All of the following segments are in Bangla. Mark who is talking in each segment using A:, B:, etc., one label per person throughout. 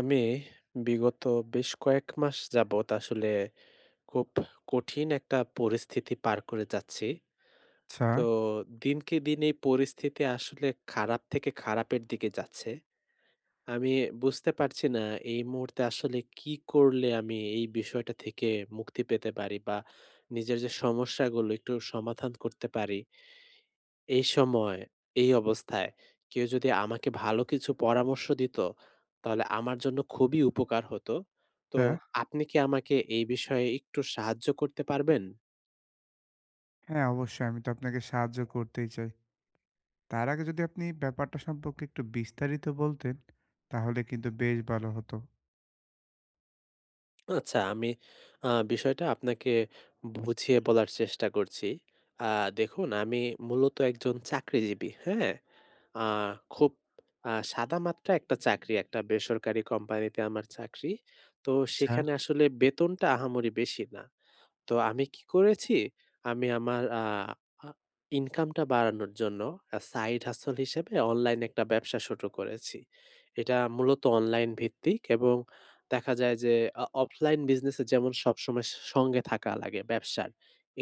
A: আমি বিগত বেশ কয়েক মাস যাবৎ আসলে খুব কঠিন একটা পরিস্থিতি পার করে যাচ্ছি।
B: আচ্ছা,
A: তো দিনকে দিন এই পরিস্থিতি আসলে খারাপ থেকে খারাপের দিকে যাচ্ছে। আমি বুঝতে পারছি না এই মুহূর্তে আসলে কি করলে আমি এই বিষয়টা থেকে মুক্তি পেতে পারি বা নিজের যে সমস্যাগুলো একটু সমাধান করতে পারি। এই সময়, এই অবস্থায় কেউ যদি আমাকে ভালো কিছু পরামর্শ দিত, তাহলে আমার জন্য খুবই উপকার হতো। তো
B: আচ্ছা।
A: আপনি কি আমাকে এই বিষয়ে একটু সাহায্য করতে পারবেন?
B: হ্যাঁ, অবশ্যই আমি তো আপনাকে সাহায্য করতেই চাই। তার আগে যদি আপনি ব্যাপারটা সম্পর্কে একটু বিস্তারিত বলতেন, তাহলে কিন্তু বেশ ভালো হতো।
A: আচ্ছা, আমি বিষয়টা আপনাকে বুঝিয়ে বলার চেষ্টা করছি। আ দেখুন, আমি মূলত একজন চাকরিজীবী, হ্যাঁ? আ খুব সাদামাটা একটা চাকরি, একটা বেসরকারি কোম্পানিতে আমার চাকরি। তো
B: আচ্ছা।
A: সেখানে আসলে বেতনটা আহামরি বেশি না। তো আমি কি করেছি, আমি আমার আ আ ইনকামটা বাড়ানোর জন্য সাইড হাসল হিসেবে অনলাইন একটা ব্যবসা শুরু করেছি। এটা মূলত অনলাইন ভিত্তিক এবং দেখা যায় যে অফলাইন বিজনেস এ যেমন সবসময় সঙ্গে থাকা লাগে ব্যবসার,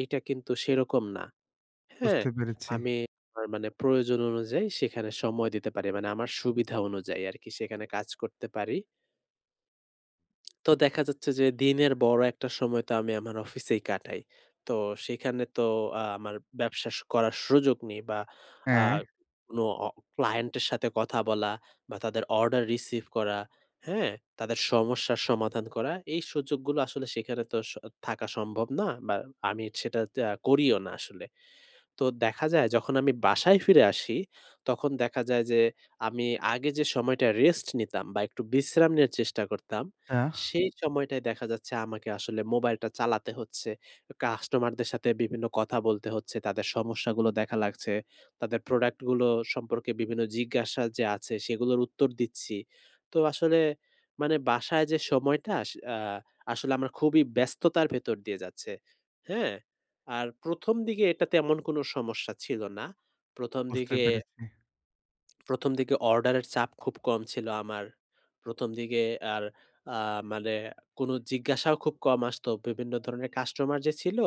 A: এইটা কিন্তু সেরকম না। হ্যাঁ?
B: বুঝতে পেরেছি।
A: আমি আমার মানে প্রয়োজন অনুযায়ী সেখানে সময় দিতে পারি। মানে আমার সুবিধা অনুযায়ী আরকি সেখানে কাজ করতে পারি। তো দেখা যাচ্ছে যে দিনের বড় একটা সময় তো আমি আমার অফিসেই কাটাই। তো সেখানে তো আমার ব্যবসা করার সুযোগ নেই বা আ
B: হ্যাঁ,
A: কোনো ক্লায়েন্টের সাথে কথা বলা বা তাদের অর্ডার রিসিভ করা, হ্যাঁ? তাদের সমস্যার সমাধান করা, এই সুযোগগুলো আসলে সেখানে তো থাকা সম্ভব না বা আমি সেটা করিও না আসলে। তো দেখা যায় যখন আমি বাসায় ফিরে আসি, তখন দেখা যায় যে আমি আগে যে সময়টা রেস্ট নিতাম বা একটু বিশ্রাম নেয়ার চেষ্টা করতাম,
B: আচ্ছা।
A: সেই সময়টায় দেখা যাচ্ছে আমাকে আসলে মোবাইলটা চালাতে হচ্ছে। কাস্টমারদের সাথে বিভিন্ন কথা বলতে হচ্ছে, তাদের সমস্যাগুলো দেখা লাগছে, তাদের প্রোডাক্টগুলো সম্পর্কে বিভিন্ন জিজ্ঞাসা যে আছে সেগুলোর উত্তর দিচ্ছি। তো আসলে মানে বাসায় যে সময়টা আস আ আসলে আমার খুবই ব্যস্ততার ভেতর দিয়ে যাচ্ছে। হ্যাঁ? আর ১ম দিকে এটা তেমন কোনো সমস্যা ছিল না। ১ম
B: বুঝতে
A: দিকে
B: পেরেছি।
A: ১ম দিকে অর্ডারের চাপ খুব কম ছিল আমার। ১ম দিকে আর আ মানে কোনো জিজ্ঞাসাও খুব কম আসতো। বিভিন্ন ধরনের কাস্টমার যে ছিল,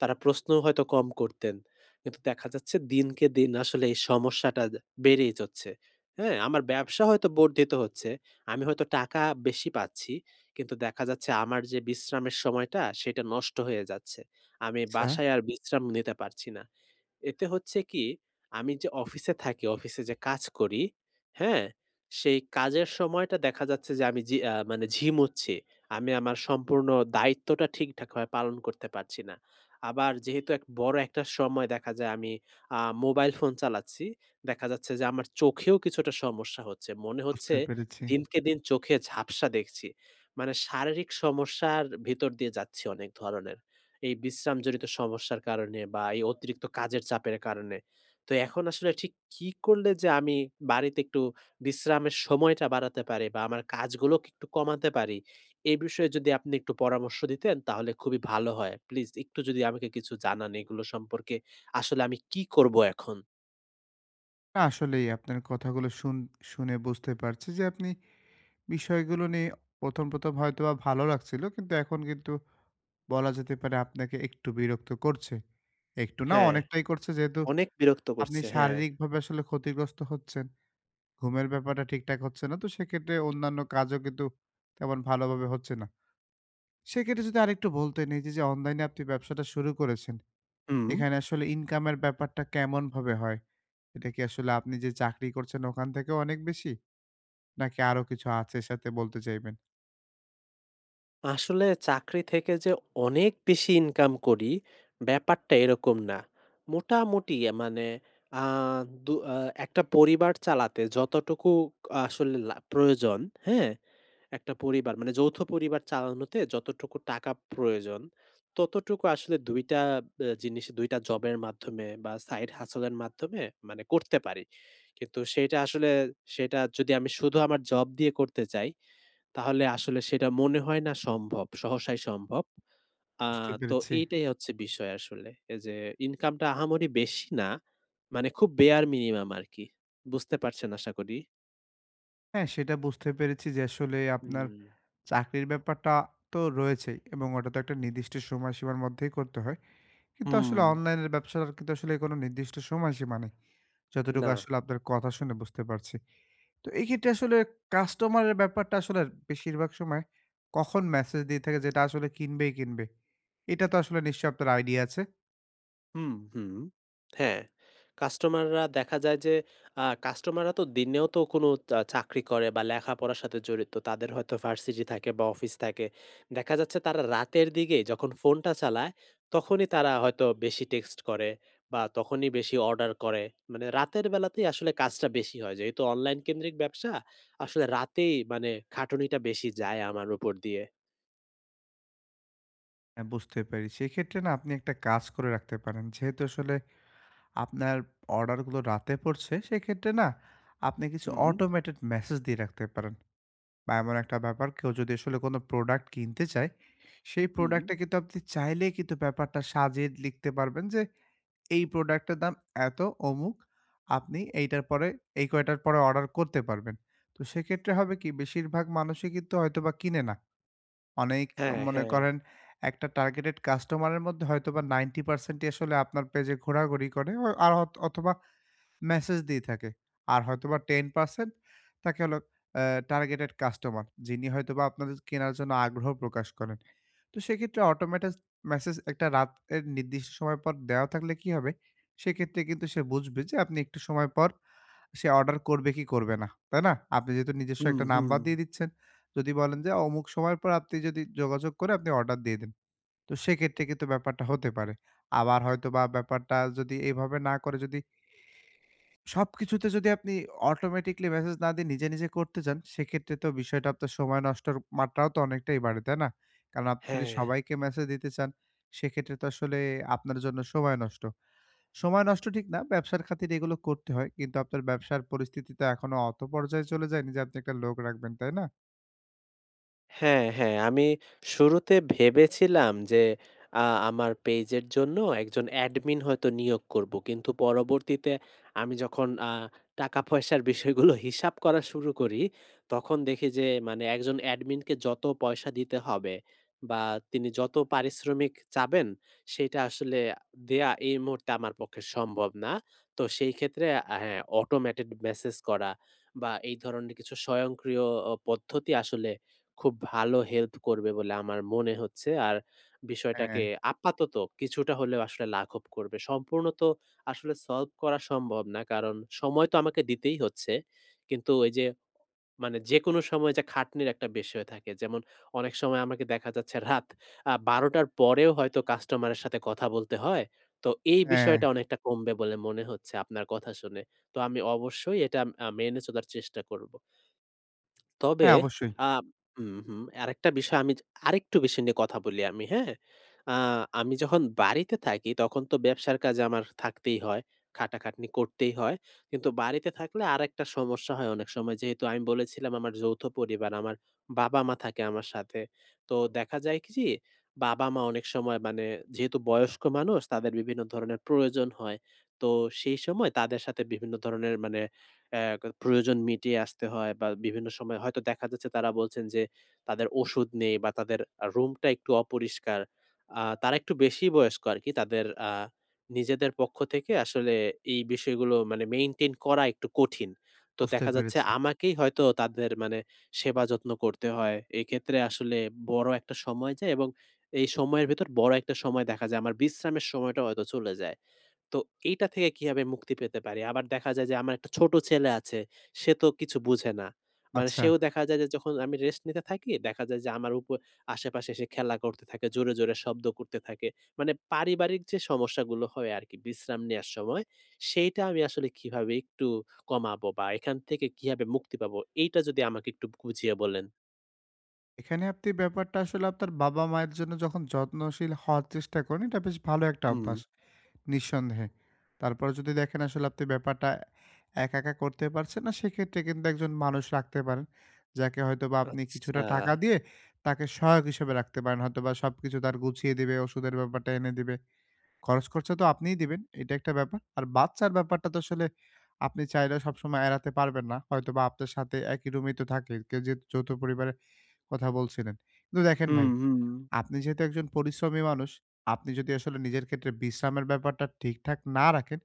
A: তারা প্রশ্নও হয়তো কম করতেন। কিন্তু দেখা যাচ্ছে দিনকে দিন আসলে এই সমস্যাটা যে বেড়েই যাচ্ছে। হ্যাঁ? আমার ব্যবসা হয়তো বর্ধিত হচ্ছে। আমি হয়তো টাকা বেশি পাচ্ছি। কিন্তু দেখা যাচ্ছে আমার যে বিশ্রামের সময়টা, সেটা নষ্ট হয়ে যাচ্ছে। আমি
B: আচ্ছা,
A: বাসায় আর বিশ্রাম নিতে পারছি না। এতে হচ্ছে কি, আমি যে অফিসে থাকি, অফিসে যে কাজ করি, হ্যাঁ? সেই কাজের সময়টা দেখা যাচ্ছে যে আমি জি আ মানে ঝিমুচ্ছি। আমি আমার সম্পূর্ণ দায়িত্বটা ঠিকঠাকভাবে পালন করতে পারছি না। আবার যেহেতু এক বড় একটা সময় দেখা যায় আমি আ মোবাইল ফোন চালাচ্ছি, দেখা যাচ্ছে যে আমার চোখেও কিছুটা সমস্যা হচ্ছে। মনে
B: বুঝতে
A: হচ্ছে
B: পেরেছি।
A: দিনকে দিন চোখে ঝাপসা দেখছি। মানে শারীরিক সমস্যার ভিতর দিয়ে যাচ্ছি অনেক ধরনের। এই বিশ্রামজনিত সমস্যার কারণে বা এই অতিরিক্ত কাজের চাপের কারণে। তো এখন আসলে ঠিক কি করলে যে আমি বাড়িতে একটু বিশ্রামের সময়টা বাড়াতে পারি বা আমার কাজগুলোকে একটু কমাতে পারি, এ বিষয়ে যদি আপনি একটু পরামর্শ দিতেন তাহলে খুবই ভালো হয়। প্লিজ একটু যদি আমাকে কিছু জানান এগুলো সম্পর্কে আসলে আমি কি করব এখন?
B: না আসলেই আপনার কথাগুলো শুনে বুঝতে পারছি যে আপনি বিষয়গুলো নিয়ে ১ম হয়তোবা ভালো লাগছিল। কিন্তু এখন কিন্তু বলা যেতে পারে আপনাকে একটু বিরক্ত করছে। একটু না
A: হ্যাঁ,
B: অনেকটাই করছে যেহেতু
A: অনেক বিরক্ত
B: আপনি
A: করছে। হ্যাঁ।
B: শারীরিকভাবে আসলে ক্ষতিগ্রস্ত হচ্ছেন। ঘুমের ব্যাপারটা ঠিকঠাক হচ্ছে না। তো সেক্ষেত্রে অন্যান্য কাজও কিন্তু তেমন ভালোভাবে হচ্ছে না। সেক্ষেত্রে যদি আরেকটু বলতেন এই যে, যে অনলাইনে আপনি ব্যবসাটা শুরু করেছেন,
A: হুম।
B: এখানে আসলে ইনকামের ব্যাপারটা কেমনভাবে হয়? এটা কি আসলে আপনি যে চাকরি করছেন ওখান থেকেও অনেক বেশি? নাকি আরো কিছু আছে সাথে বলতে চাইবেন?
A: আসলে চাকরি থেকে যে অনেক বেশি ইনকাম করি, ব্যাপারটা এরকম না। মোটামুটি মানে আ দু আ একটা পরিবার চালাতে যতটুকু আসলে প্রয়োজন, হ্যাঁ? একটা পরিবার মানে যৌথ পরিবার চালানোতে যতটুকু টাকা প্রয়োজন, ততটুকু আসলে ২ টা জিনিস ২ টা জবের মাধ্যমে বা সাইড হাসল এর মাধ্যমে মানে করতে পারি। কিন্তু সেটা আসলে সেটা যদি আমি শুধু আমার জব দিয়ে করতে চাই তাহলে আসলে সেটা মনে হয় না সম্ভব, সহসাই সম্ভব। আ
B: বুঝতে
A: তো
B: পেরেছি।
A: এইটাই হচ্ছে বিষয় আসলে। এই যে ইনকামটা আহামরি বেশি না। মানে খুব বেয়ার মিনিমাম আরকি। বুঝতে পারছেন আশা করি।
B: হ্যাঁ, সেটা বুঝতে পেরেছি যে আসলে আপনার
A: হুম।
B: চাকরির ব্যাপারটা তো রয়েছেই এবং ওটা তো একটা নির্দিষ্ট সময়সীমার মধ্যেই করতে হয়। কিন্তু আসলে
A: হুম,
B: অনলাইনের ব্যবসার কিন্তু আসলে কোনো নির্দিষ্ট সময়সীমা নেই। যতটুকু
A: না।
B: আসলে আপনার কথা শুনে বুঝতে পারছি। তো এই ক্ষেত্রে আসলে কাস্টমারের ব্যাপারটা আসলে বেশিরভাগ সময় কখন মেসেজ দিয়ে থাকে যেটা আসলে কিনবেই কিনবে? এটা তো আসলে নিশ্চয়ই আপনার আইডিয়া আছে।
A: হুম, হুম। হ্যাঁ, কাস্টমাররা দেখা যায় যে কাস্টমাররা তো দিনেও তো কোনো চাকরি করে বা লেখাপড়ার সাথে জড়িত। তাদের হয়তো ভার্সিটি থাকে বা অফিস থাকে। দেখা যাচ্ছে তারা রাতের দিকে যখন ফোনটা চালায়, তখনই তারা হয়তো বেশি টেক্সট করে বা তখনই বেশি অর্ডার করে। মানে রাতের বেলাতেই আসলে কাজটা বেশি হয়। যেহেতু অনলাইন কেন্দ্রিক ব্যবসা, আসলে রাতেই মানে খাটুনিটা বেশি যায় আমার উপর দিয়ে।
B: হ্যাঁ, বুঝতে পেরেছি। সেক্ষেত্রে না আপনি একটা কাজ করে রাখতে পারেন। যেহেতু আসলে আপনার অর্ডারগুলো রাতে পড়ছে, সেক্ষেত্রে না আপনি কিছু
A: হুম,
B: অটোমেটেড মেসেজ দিয়ে রাখতে পারেন। বা এমন একটা ব্যাপার কেউ যদি আসলে কোনো প্রোডাক্ট কিনতে চায়, সেই
A: হুম।
B: প্রোডাক্টটা কিন্তু আপনি চাইলেই কিন্তু ব্যাপারটা সাজিয়ে লিখতে পারবেন যে এই প্রোডাক্টটার দাম এত অমুক, আপনি এইটার পরে এই কয়টার পরে অর্ডার করতে পারবেন। তো সেক্ষেত্রে হবে কি বেশিরভাগ মানুষই কিন্তু হয়তোবা কিনে না। অনেক
A: হ্যাঁ,
B: মনে
A: হ্যাঁ।
B: করেন একটা টার্গেটেড কাস্টমারের মধ্যে হয়তোবা 90% ই আসলে আপনার পেজে ঘোরাঘুরি করে। আর অথবা মেসেজ দিয়ে থাকে। আর হয়তোবা 10% তাকে হলো অ্যা টার্গেটেড কাস্টমার। যিনি হয়তোবা আপনাদের কেনার জন্য আগ্রহ প্রকাশ করেন। তো সেক্ষেত্রে অটোমেটেড মেসেজ একটা রাতের নির্দিষ্ট সময় পর দেওয়া থাকলে কি হবে? সেক্ষেত্রে কিন্তু সে বুঝবে যে আপনি একটু সময় পর সে অর্ডার করবে কি করবে না। তাই না? আপনি যেহেতু নিজস্ব
A: হুম,
B: একটা
A: হুম।
B: নাম্বার দিয়ে দিচ্ছেন। যদি বলেন যে অমুক সময়ের পর আপনি যদি যোগাযোগ করে আপনি অর্ডার দিয়ে দেন। তো সেক্ষেত্রে কিন্তু ব্যাপারটা হতে পারে। আবার হয়তোবা ব্যাপারটা যদি এভাবে না করে যদি সবকিছুতে যদি আপনি অটোমেটিক্যালি মেসেজ না দিয়ে নিজে করতে যান, সেক্ষেত্রে তো বিষয়টা আপনার সময় নষ্টের মাত্রাও তো অনেকটাই বাড়ে, তাই না? কারণ আপনি যদি
A: হ্যাঁ।
B: সবাইকে মেসেজ দিতে চান, সেক্ষেত্রে তো আসলে আপনার জন্য সময় নষ্ট। সময় নষ্ট ঠিক না, ব্যবসার খাতিরে এগুলো করতে হয়। কিন্তু আপনার ব্যবসার পরিস্থিতি তো এখনো অত পর্যায়ে চলে যায়নি যে আপনি একটা লোক রাখবেন, তাই না?
A: হ্যাঁ, হ্যাঁ। আমি শুরুতে ভেবেছিলাম যে আমার পেইজের জন্য একজন অ্যাডমিন হয়তো নিয়োগ করব। কিন্তু পরবর্তীতে আমি যখন টাকা-পয়সার বিষয়গুলো হিসাব করা শুরু করি, তখন দেখি যে মানে একজন অ্যাডমিনকে যত পয়সা দিতে হবে বা তিনি যত পারিশ্রমিক চাবেন, সেটা আসলে দেয়া এই মুহূর্তে আমার পক্ষে সম্ভব না। তো সেই ক্ষেত্রে হ্যাঁ, অটোমেটেড মেসেজ করা বা এই ধরনের কিছু স্বয়ংক্রিয় পদ্ধতি আসলে খুব ভালো হেল্প করবে বলে আমার মনে হচ্ছে। আর
B: হ্যাঁ,
A: বিষয়টাকে আপাতত কিছুটা হলেও আসলে লাঘব করবে। সম্পূর্ণ তো আসলে সলভ করা সম্ভব না। কারণ সময় তো আমাকে দিতেই হচ্ছে। কিন্তু ওই যে মানে যেকোনো সময় যে খাটনির একটা বিষয় থাকে। যেমন অনেক সময় আমাকে দেখা যাচ্ছে রাত ১২ঃ০০ টার পরেও হয়তো কাস্টমারের সাথে কথা বলতে হয়। তো এই
B: হ্যাঁ,
A: বিষয়টা অনেকটা কমবে বলে মনে হচ্ছে আপনার কথা শুনে। তো আমি অবশ্যই এটা মেনে চলার চেষ্টা করব। তবে
B: হ্যাঁ, অবশ্যই।
A: আ হুম, হুম। আরেকটা বিষয় আমি আরেকটু বেশি নিয়ে কথা বলি আমি, হ্যাঁ? আ আমি যখন বাড়িতে থাকি তখন তো ব্যবসার কাজে আমার থাকতেই হয়। খাটাখাটনি করতেই হয়। কিন্তু বাড়িতে থাকলে আরেকটা সমস্যা হয় অনেক সময়। যেহেতু আমি বলেছিলাম আমার যৌথ পরিবার, আমার বাবা-মা থাকে আমার সাথে। তো দেখা যায় কি বাবা-মা অনেক সময় মানে যেহেতু বয়স্ক মানুষ তাদের বিভিন্ন ধরনের প্রয়োজন হয়। তো সেই সময় তাদের সাথে বিভিন্ন ধরনের মানে অ্যা প্রয়োজন মিটিয়ে আসতে হয় বা বিভিন্ন সময় হয়তো দেখা যাচ্ছে তারা বলছেন যে তাদের ওষুধ নেই বা তাদের রুমটা একটু অপরিষ্কার। তারা একটু বেশি বয়স্ক আরকি। তাদের নিজেদের পক্ষ থেকে আসলে এই বিষয়গুলো মানে মেইনটেইন করা একটু কঠিন। তো
B: বুঝতে
A: দেখা যাচ্ছে
B: পেরেছি।
A: আমাকেই হয়তো তাদের মানে সেবা যত্ন করতে হয়। এক্ষেত্রে আসলে বড় একটা সময় যায় এবং এই সময়ের ভেতর বড় একটা সময় দেখা যায় আমার বিশ্রামের সময়টা হয়তো চলে যায়। তো এইটা থেকে কিভাবে মুক্তি পেতে পারি? আবার দেখা যায় যে আমার একটা ছোট ছেলে আছে, সে তো কিছু বুঝে না। মানে
B: আচ্ছা,
A: সেও দেখা যায় যে যখন আমি রেস্ট নিতে থাকি, দেখা যায় যে আমার আশেপাশে এসে খেলা করতে থাকে, জোরে, জোরে শব্দ করতে থাকে। মানে পারিবারিক যে সমস্যাগুলো হয় আরকি বিশ্রাম নেয়ার সময়, সেইটা আমি আসলে কিভাবে একটু কমাবো বা এখান থেকে কিভাবে মুক্তি পাবো? এইটা যদি আমাকে একটু বুঝিয়ে বলেন।
B: এখানে আপনি ব্যাপারটা আসলে আপনার বাবা-মায়ের জন্য যখন যত্নশীল হওয়ার চেষ্টা করেন, এটা বেশ ভালো একটা
A: হুম,
B: অভ্যাস। নিঃসন্দেহে। তারপরে যদি দেখেন আসলে আপনি ব্যাপারটা একা করতে পারছেন না, সেক্ষেত্রে কিন্তু একজন মানুষ রাখতে পারেন। যাকে হয়তোবা আপনি কিছুটা
A: আচ্ছা।
B: টাকা দিয়ে তাকে সহায়ক হিসেবে রাখতে পারেন। হয়তোবা সবকিছু তার গুছিয়ে দিবে, ওষুধের ব্যাপারটা এনে দিবে। খরচ খরচা তো আপনিই দিবেন, এটা একটা ব্যাপার। আর বাচ্চার ব্যাপারটা তো আসলে আপনি চাইলেও সবসময় এড়াতে পারবেন না। হয়তোবা আপনার সাথে একই রুমেই তো থাকে, কে যে যৌথ পরিবারের কথা বলছিলেন। কিন্তু দেখেন
A: হুম,
B: ভাই
A: হুম,
B: আপনি যেহেতু একজন পরিশ্রমী মানুষ, আপনি যদি আসলে নিজের ক্ষেত্রে বিশ্রামের ব্যাপারটা ঠিকঠাক না রাখেন,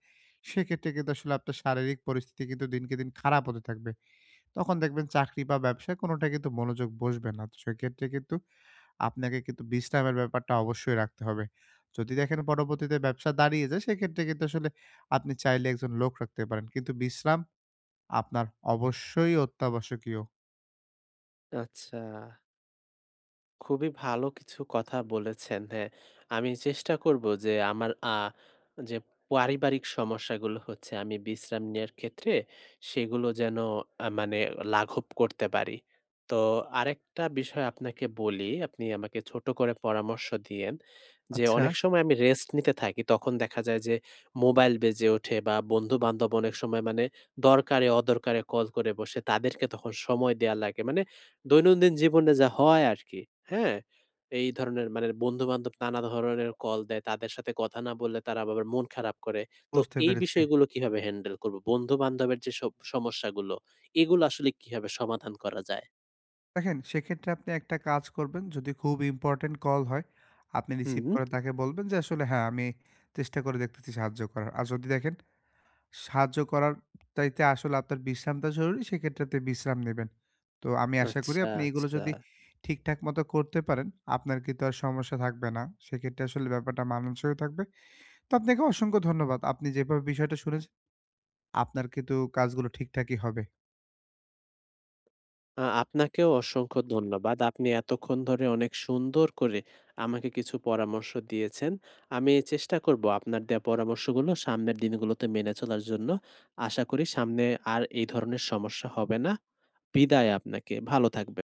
B: সেক্ষেত্রে কিন্তু আসলে আপনার শারীরিক পরিস্থিতি কিন্তু দিনকে দিন খারাপ হতে থাকবে। তখন দেখবেন চাকরি বা ব্যবসায় কোনটায় কিন্তু মনোযোগ বসবে না। তো সেক্ষেত্রে কিন্তু আপনাকে কিন্তু বিশ্রামের ব্যাপারটা অবশ্যই রাখতে হবে। যদি দেখেন পরবর্তীতে ব্যবসা দাঁড়িয়ে যায়, সেক্ষেত্রে কিন্তু আসলে আপনি চাইলে একজন লোক রাখতে পারেন। কিন্তু বিশ্রাম আপনার অবশ্যই অত্যাবশ্যকীয়।
A: আচ্ছা। খুবই ভালো কিছু কথা বলেছেন। হ্যাঁ, আমি চেষ্টা করব যে আমার যে পারিবারিক সমস্যাগুলো হচ্ছে আমি বিশ্রাম নেয়ার ক্ষেত্রে সেগুলো যেন মানে লাঘব করতে পারি। তো আরেকটা বিষয় আপনাকে বলি, আপনি আমাকে ছোট করে পরামর্শ দিয়েন। যে
B: আচ্ছা,
A: অনেক সময় আমি রেস্ট নিতে থাকি তখন দেখা যায় যে মোবাইল বেজে ওঠে বা বন্ধু-বান্ধব অনেক সময় মানে দরকারে অদরকারে কল করে বসে তাদেরকে তখন সময় দেয়া লাগে। মানে দৈনন্দিন জীবনে যা হয় আরকি, হ্যাঁ? এই ধরনের মানে বন্ধু-বান্ধব নানা ধরনের কল দেয়। তাদের সাথে কথা না বললে তারা আবার মন খারাপ করে। তো
B: বুঝতে
A: এই
B: পেরেছি।
A: বিষয়গুলো কিভাবে হ্যান্ডেল করব? বন্ধু-বান্ধবের যে সব সমস্যাগুলো, এগুলো আসলে কিভাবে সমাধান করা যায়?
B: দেখেন, সেক্ষেত্রে আপনি একটা কাজ করবেন, যদি খুব ইম্পোর্টেন্ট কল হয়, আপনি রিসিভ
A: হুম।
B: করে তাকে বলবেন যে, "আসলে হ্যাঁ, আমি চেষ্টা করে দেখতেছি সাহায্য করার।" আর যদি দেখেন সাহায্য করার চাইতে আসলে আপনার বিশ্রামটা জরুরি, সেক্ষেত্রে আপনি বিশ্রাম নেবেন। তো আমি আশা করি
A: আচ্ছা,
B: আপনি এগুলো
A: আচ্ছা।
B: যদি ঠিকঠাক মতো করতে পারেন, আপনার কিন্তু আর সমস্যা থাকবে না। সেক্ষেত্রে আসলে ব্যাপারটা মানানসইও থাকবে। তো আপনাকে অসংখ্য ধন্যবাদ। আপনি যেভাবে বিষয়টা শুনেছেন, আপনার কিন্তু কাজগুলো ঠিকঠাকই হবে।
A: আপনাকেও অসংখ্য ধন্যবাদ। আপনি এতক্ষণ ধরে অনেক সুন্দর করে আমাকে কিছু পরামর্শ দিয়েছেন। আমি চেষ্টা করব আপনার দেয়া পরামর্শগুলো সামনের দিনগুলোতে মেনে চলার জন্য। আশা করি সামনে আর এই ধরনের সমস্যা হবে না। বিদায় আপনাকে। ভালো থাকবেন।